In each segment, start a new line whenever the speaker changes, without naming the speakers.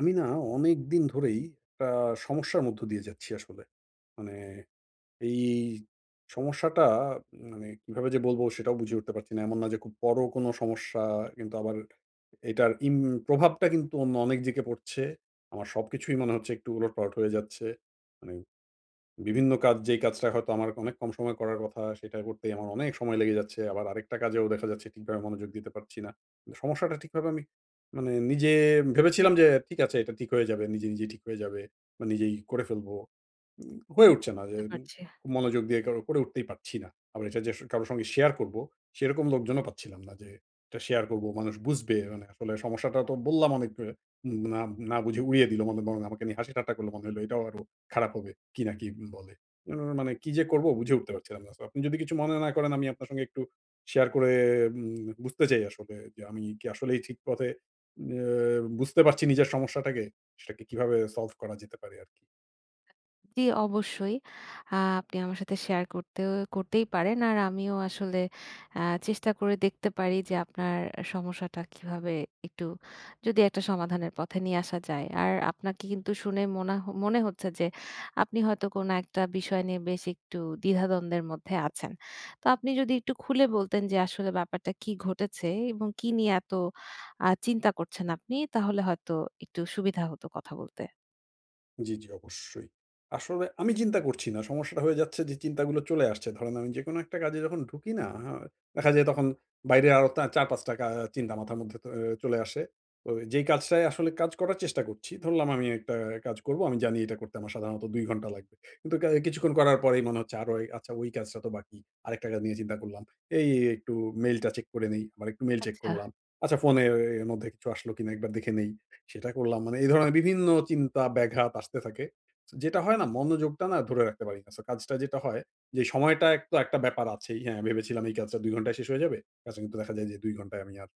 আমি না অনেক দিন ধরেই একটা সমস্যার মধ্য দিয়ে যাচ্ছি আসলে। মানে এই সমস্যাটা মানে কিভাবে যে বলবো সেটাও বুঝে উঠতে পারছি না। এমন না যে খুব বড় কোনো সমস্যা কিন্তু আবার এটার প্রভাবটা কিন্তু অন্য অনেক দিকে পড়ছে। আমার সবকিছুই মনে হচ্ছে একটু ওলটপালট হয়ে যাচ্ছে। মানে বিভিন্ন কাজ যেই কাজটা হয়তো আমার অনেক কম সময়ে করার কথা সেটা করতেই আমার অনেক সময় লেগে যাচ্ছে। আবার আরেকটা কাজেও দেখা যাচ্ছে ঠিকভাবে মনোযোগ দিতে পারছি না। কিন্তু সমস্যাটা ঠিকভাবে আমি মানে নিজে ভেবেছিলাম যে ঠিক আছে এটা ঠিক হয়ে যাবে। নিজে, নিজেই ঠিক হয়ে যাবে বা নিজেই করে ফেলবো। হয়ে উঠছে না যে
বুঝতে পারছি।
খুব মনোযোগ দিয়ে কারো করে উঠতেই পারছি না। আবার এটা যে কারো সঙ্গে শেয়ার করব, সেরকম লোকজনও পাচ্ছিলাম না যে এটা শেয়ার করব, মানুষ বুঝবে। মানে আসলে সমস্যাটা তো বললাম অনেক না, না বুঝে উড়িয়ে দিল মনে বরং আমাকে নিয়ে হাসি ঠাট্টা করল মনে হলো এটাও আরো খারাপ হবে। কি না কি বলে। উ মানে কি যে করব বুঝে উঠতে পারছিলাম না। সো আপনি যদি কিছু মনে না করেন আমি আপনার সঙ্গে একটু শেয়ার করে বুঝতে চাই আসলে যে আমি কি আসলেই ঠিক পথে এ বুঝতে পারছি নিজের সমস্যাটাকে? সেটাকে কিভাবে সলভ করা যেতে পারে আরকি?
জি, অবশ্যই। আ আপনি আমার সাথে শেয়ার করতেই পারেন। আর আমিও আসলে আ চেষ্টা করে দেখতে পারি যে আপনার সমস্যাটা কিভাবে একটু যদি একটা সমাধানের পথে নিয়ে আসা যায়। আর আপনাকে কিন্তু শুনে মনা হ মনে হচ্ছে যে আপনি হয়তো কোনো একটা বিষয় নিয়ে বেশ একটু দ্বিধাদ্বন্দ্বের মধ্যে আছেন। তো আপনি যদি একটু খুলে বলতেন যে আসলে ব্যাপারটা কি ঘটেছে এবং কি নিয়ে এত চিন্তা করছেন, আপনি তাহলে হয়তো একটু সুবিধা হতো কথা বলতে।
জি, জি, অবশ্যই। আসলে আমি চিন্তা করছি না। সমস্যাটা হয়ে যাচ্ছে যে চিন্তাগুলো চলে আসছে। ধরেন আমি যেকোনো একটা কাজে যখন ঢুকি না, দেখা যায় তখন বাইরে আরো ৪-৫ টা চিন্তা মাথার মধ্যে তো চলে আসে। তো যেই কাজটায় আসলে কাজ করার চেষ্টা করছি, ধরলাম আমি একটা কাজ করব। আমি জানি এটা করতে আমার সাধারণত ২ ঘন্টা লাগবে। কিন্তু কিছুক্ষণ করার পরেই মনে হচ্ছে আরো আচ্ছা ওই কাজটা তো বাকি। আরেকটা কাজ নিয়ে চিন্তা করলাম। এই একটু মেইলটা চেক করে নেই। আবার একটু মেইল চেক
আচ্ছা,
করলাম। আচ্ছা ফোনের মধ্যে কিছু আসলো কিনা একবার দেখে নেই। সেটা করলাম। মানে এই ধরনের বিভিন্ন চিন্তা ব্যাঘাত আসতে থাকে। যেটা হয় না মনোযোগটা না ধরে রাখতে পারি না। সো কাজটা যেটা হয় যে সময়টা তো একটা ব্যাপার আছেই। হ্যাঁ, ভেবেছিলাম এই কাজটা ২ ঘন্টায় শেষ হয়ে যাবে। কাজটা কিন্তু দেখা যায় যে ২ ঘন্টায় আমি আর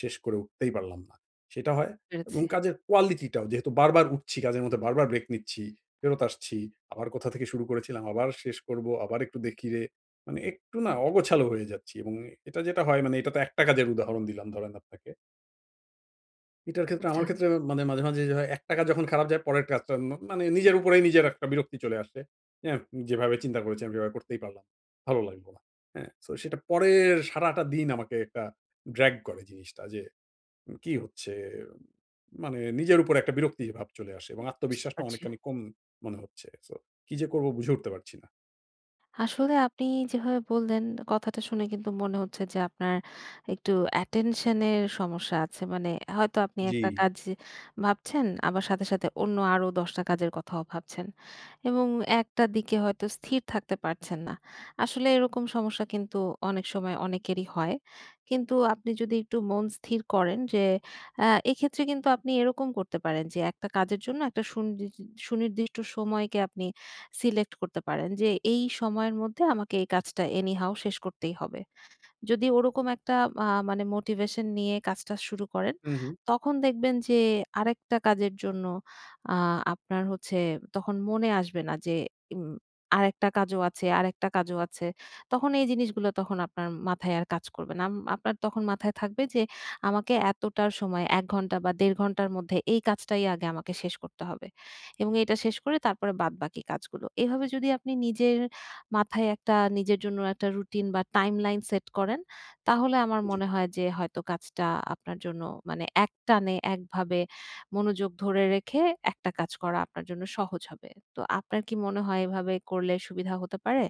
শেষ করে উঠতেই পারলাম না। সেটা হয় এবং
পেরেছি।
কাজের কোয়ালিটিটাও যেহেতু বারবার উঠছি, কাজের মধ্যে বারবার ব্রেক নিচ্ছি, ফেরত আসছি। আবার কোথা থেকে শুরু করেছিলাম, আবার শেষ করব, আবার একটু দেখি রে। মানে একটু না অগোছালো হয়ে যাচ্ছি এবং এটা যেটা হয় মানে এটা তো একটা কাজের উদাহরণ দিলাম ধরেন আপনাকে। এটার ক্ষেত্রে
আচ্ছা,
আমার ক্ষেত্রে মানে মাঝে, মাঝে যে হয় ৳১ যখন খারাপ যায় পরের কাজটা মানে নিজের উপরেই নিজের একটা বিরক্তি চলে আসে। হ্যাঁ? যেভাবে চিন্তা করেছি আমি এভাবে করতেই পারলাম। ভালো লাগলো না। হ্যাঁ? সো সেটা পরের সারাটা দিন আমাকে একটা ড্রাগ করে জিনিসটা যে কি হচ্ছে? মানে নিজের উপর একটা বিরক্তি ভাব চলে আসে এবং
বুঝতে
আত্মবিশ্বাসটা
পারছি।
অনেকখানি কম মনে হচ্ছে। সো কি যে করব বুঝে উঠতে পারছি না।
আসলে আপনি যেভাবে বললেন, কথাটা শুনে কিন্তু মনে হচ্ছে যে আপনার একটু attention এর সমস্যা আছে। মানে হয়তো আপনি
জি।
একটা কাজ ভাবছেন, আবার সাথে, সাথে অন্য আরো ১০ টা কাজের কথাও ভাবছেন, এবং একটা দিকে হয়তো স্থির থাকতে পারছেন না। আসলে এরকম সমস্যা কিন্তু অনেক সময় অনেকেরই হয়। কিন্তু আপনি যদি একটু মন স্থির করেন যে, এক্ষেত্রে কিন্তু আপনি এরকম করতে পারেন যে একটা কাজের জন্য একটা সুনির্দিষ্ট সময়কে আপনি সিলেক্ট করতে পারেন, যে এই সময়ের মধ্যে আমাকে এই কাজটা এনিহাউ শেষ করতেই হবে। যদি ওরকম একটা আ মানে মোটিভেশন নিয়ে কাজটা শুরু করেন,
হুম, হুম।
তখন দেখবেন যে আরেকটা কাজের জন্য আ আপনার হচ্ছে তখন মনে আসবে না যে, উম আরেকটা কাজও আছে, আরেকটা কাজও আছে। তখন এই জিনিসগুলো তখন আপনার মাথায় আর কাজ করবে না। আপনার তখন মাথায় থাকবে যে আমাকে এতটার সময় ১ ঘন্টা বা ১.৫ ঘন্টার মধ্যে এই কাজটাই আগে আমাকে শেষ করতে হবে, এবং এটা শেষ করে তারপরে বাদবাকি কাজগুলো। এভাবে যদি আপনি নিজের মাথায় একটা, নিজের জন্য একটা রুটিন বা টাইমলাইন সেট করেন, তাহলে আমার
জি।
মনে হয় যে হয়তো কাজটা আপনার জন্য মানে একটানে একভাবে মনোযোগ ধরে রেখে একটা কাজ করা আপনার জন্য সহজ হবে। তো আপনার কি মনে হয়, এভাবে করলে সুবিধা হতে পারে?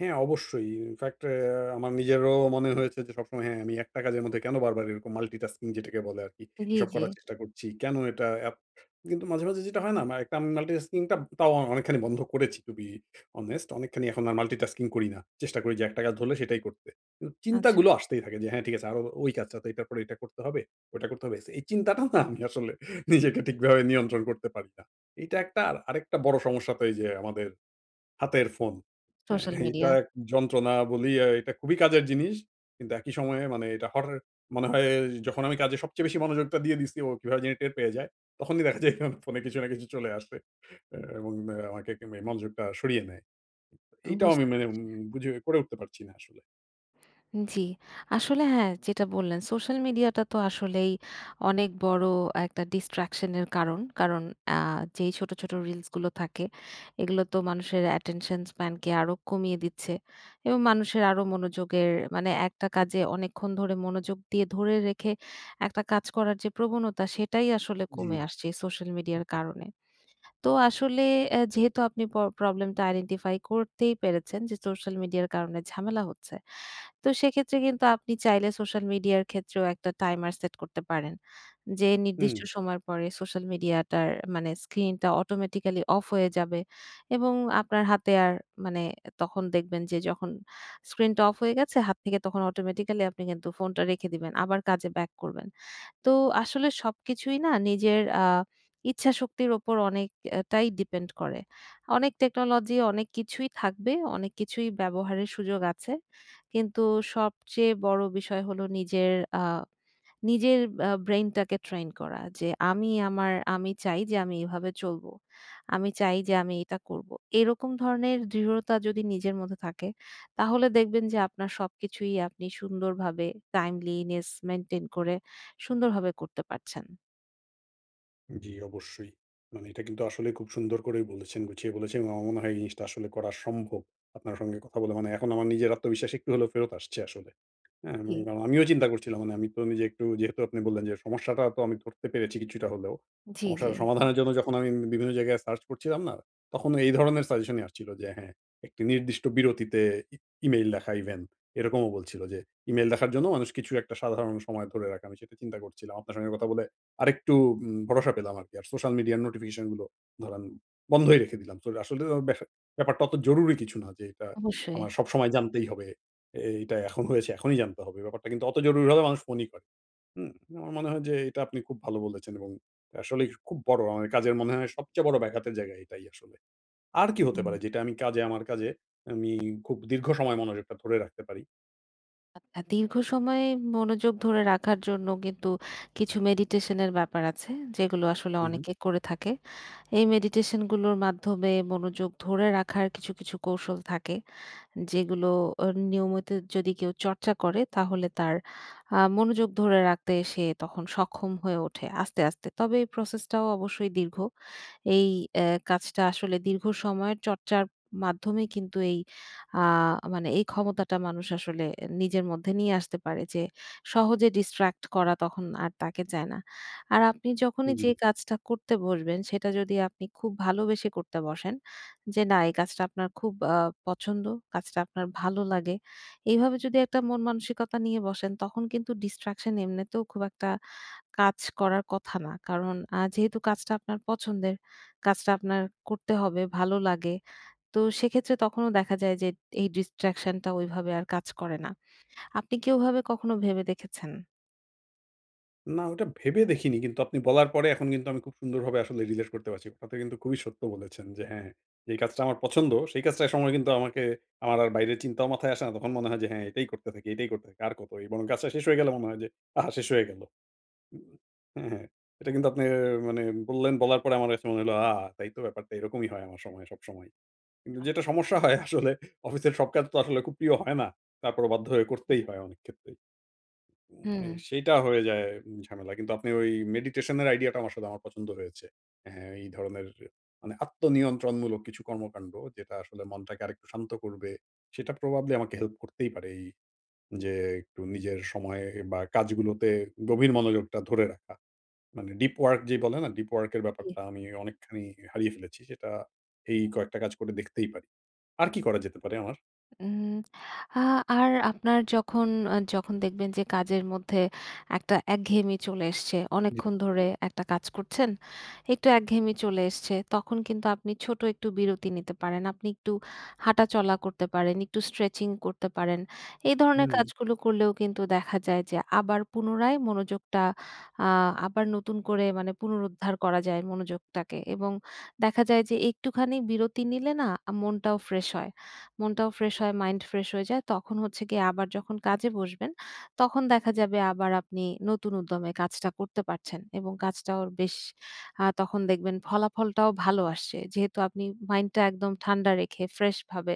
হ্যাঁ, অবশ্যই। ইনফ্যাক্ট আমার নিজেরও মনে হয়েছে যে সবসময় হ্যাঁ, আমি একটা কাজের মধ্যে কেন বারবার এরকম মাল্টিটাস্কিং যেটাকে বলে আরকি,
জি,
এসব
জি।
করার চেষ্টা করছি। কেন এটা কিন্তু মাঝে, মাঝে যেটা হয় না একটা আমি মাল্টিটাস্কিং টা তাও অনেকখানি বন্ধ করেছি to be honest অনেকখানি এখন আর মাল্টিটাস্কিং করি না। চেষ্টা করি যে একটা কাজ ধরলে সেটাই করতে। কিন্তু
আচ্ছা।
চিন্তাগুলো আসতেই থাকে যে হ্যাঁ, ঠিক আছে আরো ওই কাজটা তো এটার পরে এটা করতে হবে, ওটা করতে হবে। এই চিন্তাটা না আমি আসলে নিজেকে ঠিকভাবে নিয়ন্ত্রণ করতে পারি না। এটা একটা আর আরেকটা বড় সমস্যা তো এই যে আমাদের হাতের ফোন। হ্যাঁ,
সোশ্যাল
এইটা
মিডিয়া।
এক যন্ত্রণা বলি, এটা খুবই কাজের জিনিস। কিন্তু একই সময়ে মানে এটা হঠাৎ মনে হয় যখন আমি কাজে সবচেয়ে বেশি মনোযোগটা দিয়ে দিচ্ছি, ও কিভাবে জানি টের পেয়ে যায়। তখনই দেখা যায় আমার ফোনে কিছু না কিছু চলে আসে। এবং আমাকে মনোযোগটা সরিয়ে নেয়। এইটাও আমি
বুঝতে
মানে
পারছি।
বুঝে করে উঠতে পারছি না আসলে।
জি। আসলে হ্যাঁ, যেটা বললেন, সোশ্যাল মিডিয়াটা তো আসলেই অনেক বড় একটা distraction এর কারণ। কারণ আ যেই ছোট, ছোট রিলস গুলো থাকে, এগুলো তো মানুষের attention span কে আরো কমিয়ে দিচ্ছে, এবং মানুষের আরো মনোযোগের মানে একটা কাজে অনেকক্ষণ ধরে মনোযোগ দিয়ে ধরে রেখে একটা কাজ করার যে প্রবণতা, সেটাই আসলে
জি,
কমে আসছে সোশ্যাল মিডিয়ার কারণে। তো আসলে যেহেতু আপনি প্রবলেমটা আইডেন্টিফাই করতেই পেরেছেন যে সোশ্যাল মিডিয়ার কারণে ঝামেলা হচ্ছে, তো সেক্ষেত্রে কিন্তু আপনি চাইলে সোশ্যাল মিডিয়ার ক্ষেত্রেও একটা টাইমার সেট করতে পারেন। যে
হুম,
নির্দিষ্ট সময়ের পরে সোশ্যাল মিডিয়াটার মানে স্ক্রিনটা অটোমেটিক্যালি অফ হয়ে যাবে, এবং আপনার হাতে আর মানে তখন দেখবেন যে যখন স্ক্রিনটা অফ হয়ে গেছে হাত থেকে, তখন অটোমেটিক্যালি আপনি কিন্তু ফোনটা রেখে দিবেন। আবার কাজে ব্যাক করবেন। তো আসলে সবকিছুই না নিজের ইচ্ছাশক্তির উপর অনেকটাই ডিপেন্ড করে। অনেক টেকনোলজি অনেক কিছুই থাকবে, অনেক কিছুই ব্যবহারের সুযোগ আছে। কিন্তু সবচেয়ে বড় বিষয় হলো নিজের আ নিজের আ ব্রেইনটাকে ট্রেন করা, যে আমি চাই যে আমি এভাবে চলবো। আমি চাই যে আমি এটা করব। এরকম ধরনের দৃঢ়তা যদি নিজের মধ্যে থাকে, তাহলে দেখবেন যে আপনার সবকিছুই আপনি সুন্দরভাবে টাইমলিনেস মেইনটেইন করে সুন্দরভাবে করতে পারছেন।
জি, অবশ্যই। মানে এটা কিন্তু আসলে খুব সুন্দর করেই বলেছেন, গুছিয়ে বলেছেন। এবং আমার মনে হয় এই জিনিসটা আসলে করা সম্ভব। আপনার সঙ্গে কথা বলে মানে এখন আমার নিজের আত্মবিশ্বাস একটু হলেও ফেরত আসছে আসলে। হ্যাঁ,
জি।
এবং আমিও চিন্তা করছিলাম মানে আমি তো নিজে একটু যেহেতু আপনি বললেন যে সমস্যাটা তো আমি ধরতে পেরেছি কিছুটা হলেও।
জি, জি।
সমস্যার সমাধানের জন্য যখন আমি বিভিন্ন জায়গায় সার্চ করছিলাম না, তখন এই ধরনের সাজেশনই আসছিল যে হ্যাঁ, একটি নির্দিষ্ট বিরতিতে ই ইমেইল দেখা ইভেন এরকমও বলছিল যে ইমেইল দেখার জন্য মানুষ কিছু একটা সাধারণ সময় ধরে রাখে। আমি সেটা চিন্তা করছিলাম। আপনার সঙ্গে কথা বলে আরেকটু ভরসা পেলাম আরকি। আর সোশ্যাল মিডিয়ার নোটিফিকেশন গুলো ধরেন বন্ধই রেখে দিলাম। তো আসলে ব্যাস ব্যাপারটা অত জরুরি কিছু না যে এটা
অবশ্যই।
আমার সবসময় জানতেই হবে। এইটা এখন হয়েছে, এখনই জানতে হবে। ব্যাপারটা কিন্তু অত জরুরি হলে মানুষ ফোনই করে। হুম? আমার মনে হয় যে এটা আপনি খুব ভালো বলেছেন এবং আসলেই খুব বড় আমার কাজের মনে হয় সবচেয়ে বড় ব্যাঘাতের জায়গা এটাই আসলে। আর কি হতে
হুম।
পারে যেটা আমি কাজে আমার কাজে আমি খুব দীর্ঘ সময় মনোযোগটা ধরে রাখতে পারি?
দীর্ঘ সময় মনোযোগ ধরে রাখার জন্য কিন্তু কিছু মেডিটেশনের ব্যাপার আছে, যেগুলো আসলে
হু, হু।
অনেকে করে থাকে। এই মেডিটেশনগুলোর মাধ্যমে মনোযোগ ধরে রাখার কিছু, কিছু কৌশল থাকে। যেগুলো আ নিয়মিত যদি কেউ চর্চা করে, তাহলে তার মনোযোগ ধরে রাখতে সে তখন সক্ষম হয়ে ওঠে আস্তে, আস্তে। তবে এই প্রসেসটাও অবশ্যই দীর্ঘ। এই অ্যা কাজটা আসলে দীর্ঘ সময়ের চর্চার মাধ্যমে কিন্তু এই আ মানে এই ক্ষমতাটা মানুষ আসলে নিজের মধ্যে নিয়ে আসতে পারে, যে সহজে ডিস্ট্রাক্ট করা তখন আর তাকে চায় না। আর আপনি যখনই
জি।
যে কাজটা করতে বসবেন, সেটা যদি আপনি খুব ভালোবেসে করতে বসেন, যে না এই কাজটা আপনার খুব পছন্দ, কাজটা আপনার ভালো লাগে। এইভাবে যদি একটা মন মানসিকতা নিয়ে বসেন, তখন কিন্তু distraction এমনিতেও খুব একটা কাজ করার কথা না। কারণ যেহেতু কাজটা আপনার পছন্দের, কাজটা আপনার করতে হবে, ভালো লাগে। তো সেক্ষেত্রে তখনও দেখা যায় যে এই distraction টা ওইভাবে আর কাজ করে না। আপনি কি ওভাবে কখনো ভেবে দেখেছেন?
না, ওটা ভেবে দেখিনি। কিন্তু আপনি বলার পরে এখন কিন্তু আমি খুব সুন্দরভাবে আসলে রিলেট করতে পারছি। কথাটা কিন্তু খুবই সত্য বলেছেন যে হ্যাঁ, যেই কাজটা আমার পছন্দ, সেই কাজটার সময় কিন্তু আমাকে আমার আর বাইরের চিন্তাও মাথায় আসে না। তখন মনে হয় যে হ্যাঁ, এটাই করতে থাকি, এটাই করতে থাকি। আর কত? এই বরং কাজটা শেষ হয়ে গেলে মনে হয় যে, আহা! শেষ হয়ে গেল। উম হ্যাঁ, হ্যাঁ। এটা কিন্তু আপনি মানে বললেন, বলার পরে আমার কাছে মনে হলো, তাই তো ব্যাপারটা এরকমই হয় আমার সময় সবসময়। কিন্তু
আ
যেটা সমস্যা হয় আসলে অফিসের সব কাজ তো আসলে খুব প্রিয় হয় না। তারপরে বাধ্য হয়ে করতেই হয় অনেক ক্ষেত্রে।
হুম।
সেইটা হয়ে যায় ঝামেলা। কিন্তু আপনি ওই মেডিটেশন এর আইডিয়াটা আমার সাথে আমার পছন্দ হয়েছে। হ্যাঁ, এই ধরনের মানে আত্মনিয়ন্ত্রণমূলক কিছু কর্মকাণ্ড যেটা আসলে মনটাকে আরেকটু শান্ত করবে। সেটা প্রবাবলি আমাকে হেল্প করতেই পারে এই যে একটু নিজের সময় বা কাজগুলোতে গভীর মনোযোগটা ধরে রাখা। মানে ডিপ ওয়ার্ক যে বলে না ডিপ ওয়ার্ক এর
জি।
ব্যাপারটা আমি অনেকখানি হারিয়ে ফেলেছি। সেটা এই কয়েকটা কাজ করে দেখতেই পারি। আর কি করা যেতে পারে আমার?
উম আ আর আপনার যখন দেখবেন যে কাজের মধ্যে একটা একঘেয়েমি চলে এসছে,
জি।
অনেকক্ষণ ধরে একটা কাজ করছেন, একটু একঘেয়েমি চলে এসছে, তখন কিন্তু আপনি ছোট একটু বিরতি নিতে পারেন। আপনি একটু হাঁটাচলা করতে পারেন, একটু স্ট্রেচিং করতে পারেন। এই
হুম।
ধরনের কাজগুলো করলেও কিন্তু দেখা যায় যে আবার পুনরায় মনোযোগটা আ আবার নতুন করে মানে পুনরুদ্ধার করা যায় মনোযোগটাকে, এবং দেখা যায় যে একটুখানি বিরতি নিলে না মনটাও ফ্রেশ হয়। মনটাও ফ্রেশ হয়, মাইন্ড ফ্রেশ হয়ে যায়। তখন হচ্ছে গিয়ে আবার যখন কাজে বসবেন, তখন দেখা যাবে আবার আপনি নতুন উদ্যমে কাজটা করতে পারছেন, এবং কাজটাও বেশ আ তখন দেখবেন ফলাফলটাও ভালো আসছে। যেহেতু আপনি মাইন্ডটা একদম ঠান্ডা রেখে ফ্রেশ ভাবে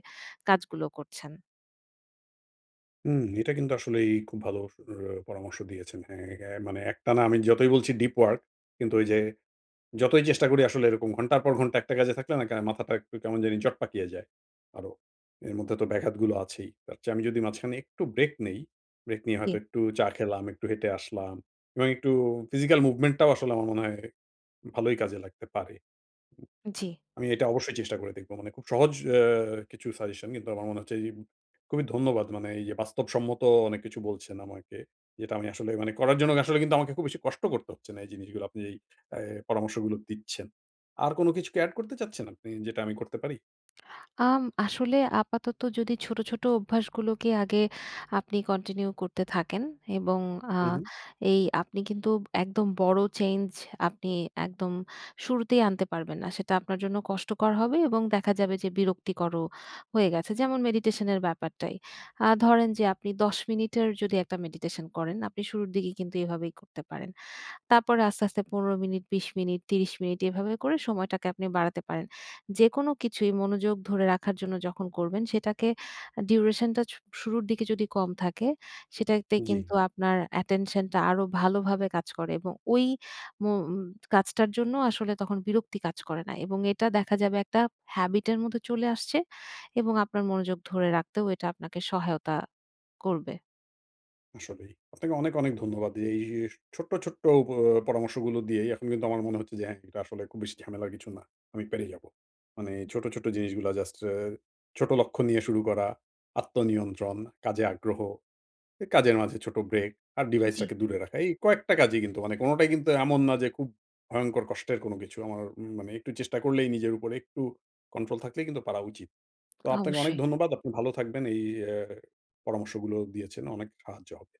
কাজগুলো করছেন।
হুম, এটা কিন্তু আসলেই খুব ভালো পরামর্শ দিয়েছেন। হ্যাঁ, হ্যাঁ, মানে একটানা আমি যতই বলছি ডিপ ওয়ার্ক কিন্তু ওই যে যতই চেষ্টা করি আসলে এরকম ঘন্টার পর ঘন্টা একটা কাজে থাকলে না মাথাটা একটু কেমন জানি জট পাকিয়ে যায় আরো। এর মধ্যে তো ব্যাঘাতগুলো আছেই। তার চেয়ে আমি যদি মাঝখানে একটু ব্রেক নেই, ব্রেক নিয়ে
জি,
হয়তো একটু চা খেলাম, একটু হেঁটে আসলাম এবং একটু ফিজিক্যাল মুভমেন্টটাও আসলে আমার মনে হয় ভালোই কাজে লাগতে পারে।
জি।
আমি এটা অবশ্যই চেষ্টা করে দেখব। মানে খুব সহজ কিছু সাজেশন কিন্তু আমার মনে হচ্ছে এই খুবই ধন্যবাদ। মানে এই যে বাস্তবসম্মত অনেক কিছু বলছেন আমাকে। যেটা আমি আসলে মানে করার জন্য আসলে কিন্তু আমাকে খুব বেশি কষ্ট করতে হচ্ছে না এই জিনিসগুলো আপনি এই অ্যা পরামর্শগুলো দিচ্ছেন। আর কোন কিছু কি এড করতে চাচ্ছেন আপনি যেটা আমি করতে পারি?
আসলে আপাতত যদি ছোট, ছোট অভ্যাসগুলোকে আগে আপনি কন্টিনিউ করতে থাকেন, এবং আ
হু, হু।
এই আপনি কিন্তু একদম বড় চেঞ্জ আপনি একদম শুরুতেই আনতে পারবেন না। সেটা আপনার জন্য কষ্টকর হবে, এবং দেখা যাবে যে বিরক্তিকরও হয়ে গেছে। যেমন মেডিটেশনের ব্যাপারটাই। ধরেন যে আপনি ১০ মিনিটের যদি একটা মেডিটেশন করেন, আপনি শুরুর দিকে কিন্তু এভাবেই করতে পারেন। তারপরে আস্তে, আস্তে ১৫ মিনিট, ২০ মিনিট, ৩০ মিনিট এভাবে করে সময়টাকে আপনি বাড়াতে পারেন। যেকোনো কিছুই মনোযোগ ধরে রাখার জন্য যখন করবেন, সেটাকে ডিউরেশন টা শুরুর দিকে যদি কম থাকে, সেটাতে
জি।
কিন্তু আপনার attention টা আরো ভালোভাবে কাজ করে, এবং ওই মো উম কাজটার জন্য আসলে তখন বিরক্তি কাজ করে না, এবং এটা দেখা যাবে একটা habit এর মধ্যে চলে আসছে, এবং আপনার মনোযোগ ধরে রাখতেও এটা আপনাকে সহায়তা করবে।
আসলেই। আপনাকে অনেক, অনেক ধন্যবাদ। এই যে ছোট্ট, ছোট্ট প পরামর্শগুলো দিয়েই এখন কিন্তু আমার মনে হচ্ছে যে হ্যাঁ, এটা আসলে খুব বেশি ঝামেলার কিছু না। আমি পেরে যাবো। মানে ছোট, ছোট জিনিসগুলা জাস্ট ছোট লক্ষ্য নিয়ে শুরু করা, আত্মনিয়ন্ত্রণ, কাজে আগ্রহ, কাজের মাঝে ছোট ব্রেক আর
জি।
ডিভাইসটাকে দূরে রাখা। এই কয়েকটা কাজই কিন্তু মানে কোনটাই কিন্তু এমন না যে খুব ভয়ংকর কষ্টের কোনো কিছু। আমার মানে একটু চেষ্টা করলেই নিজের উপরে একটু কন্ট্রোল থাকলেই কিন্তু পারা উচিত। তো আপনাকে অনেক
অবশ্যই।
ধন্যবাদ। আপনি ভালো থাকবেন। এই পরামর্শগুলো দিয়েছেন। অনেক সাহায্য হবে।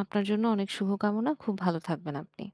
আপনার জন্য অনেক শুভকামনা। খুব ভালো থাকবেন আপনি।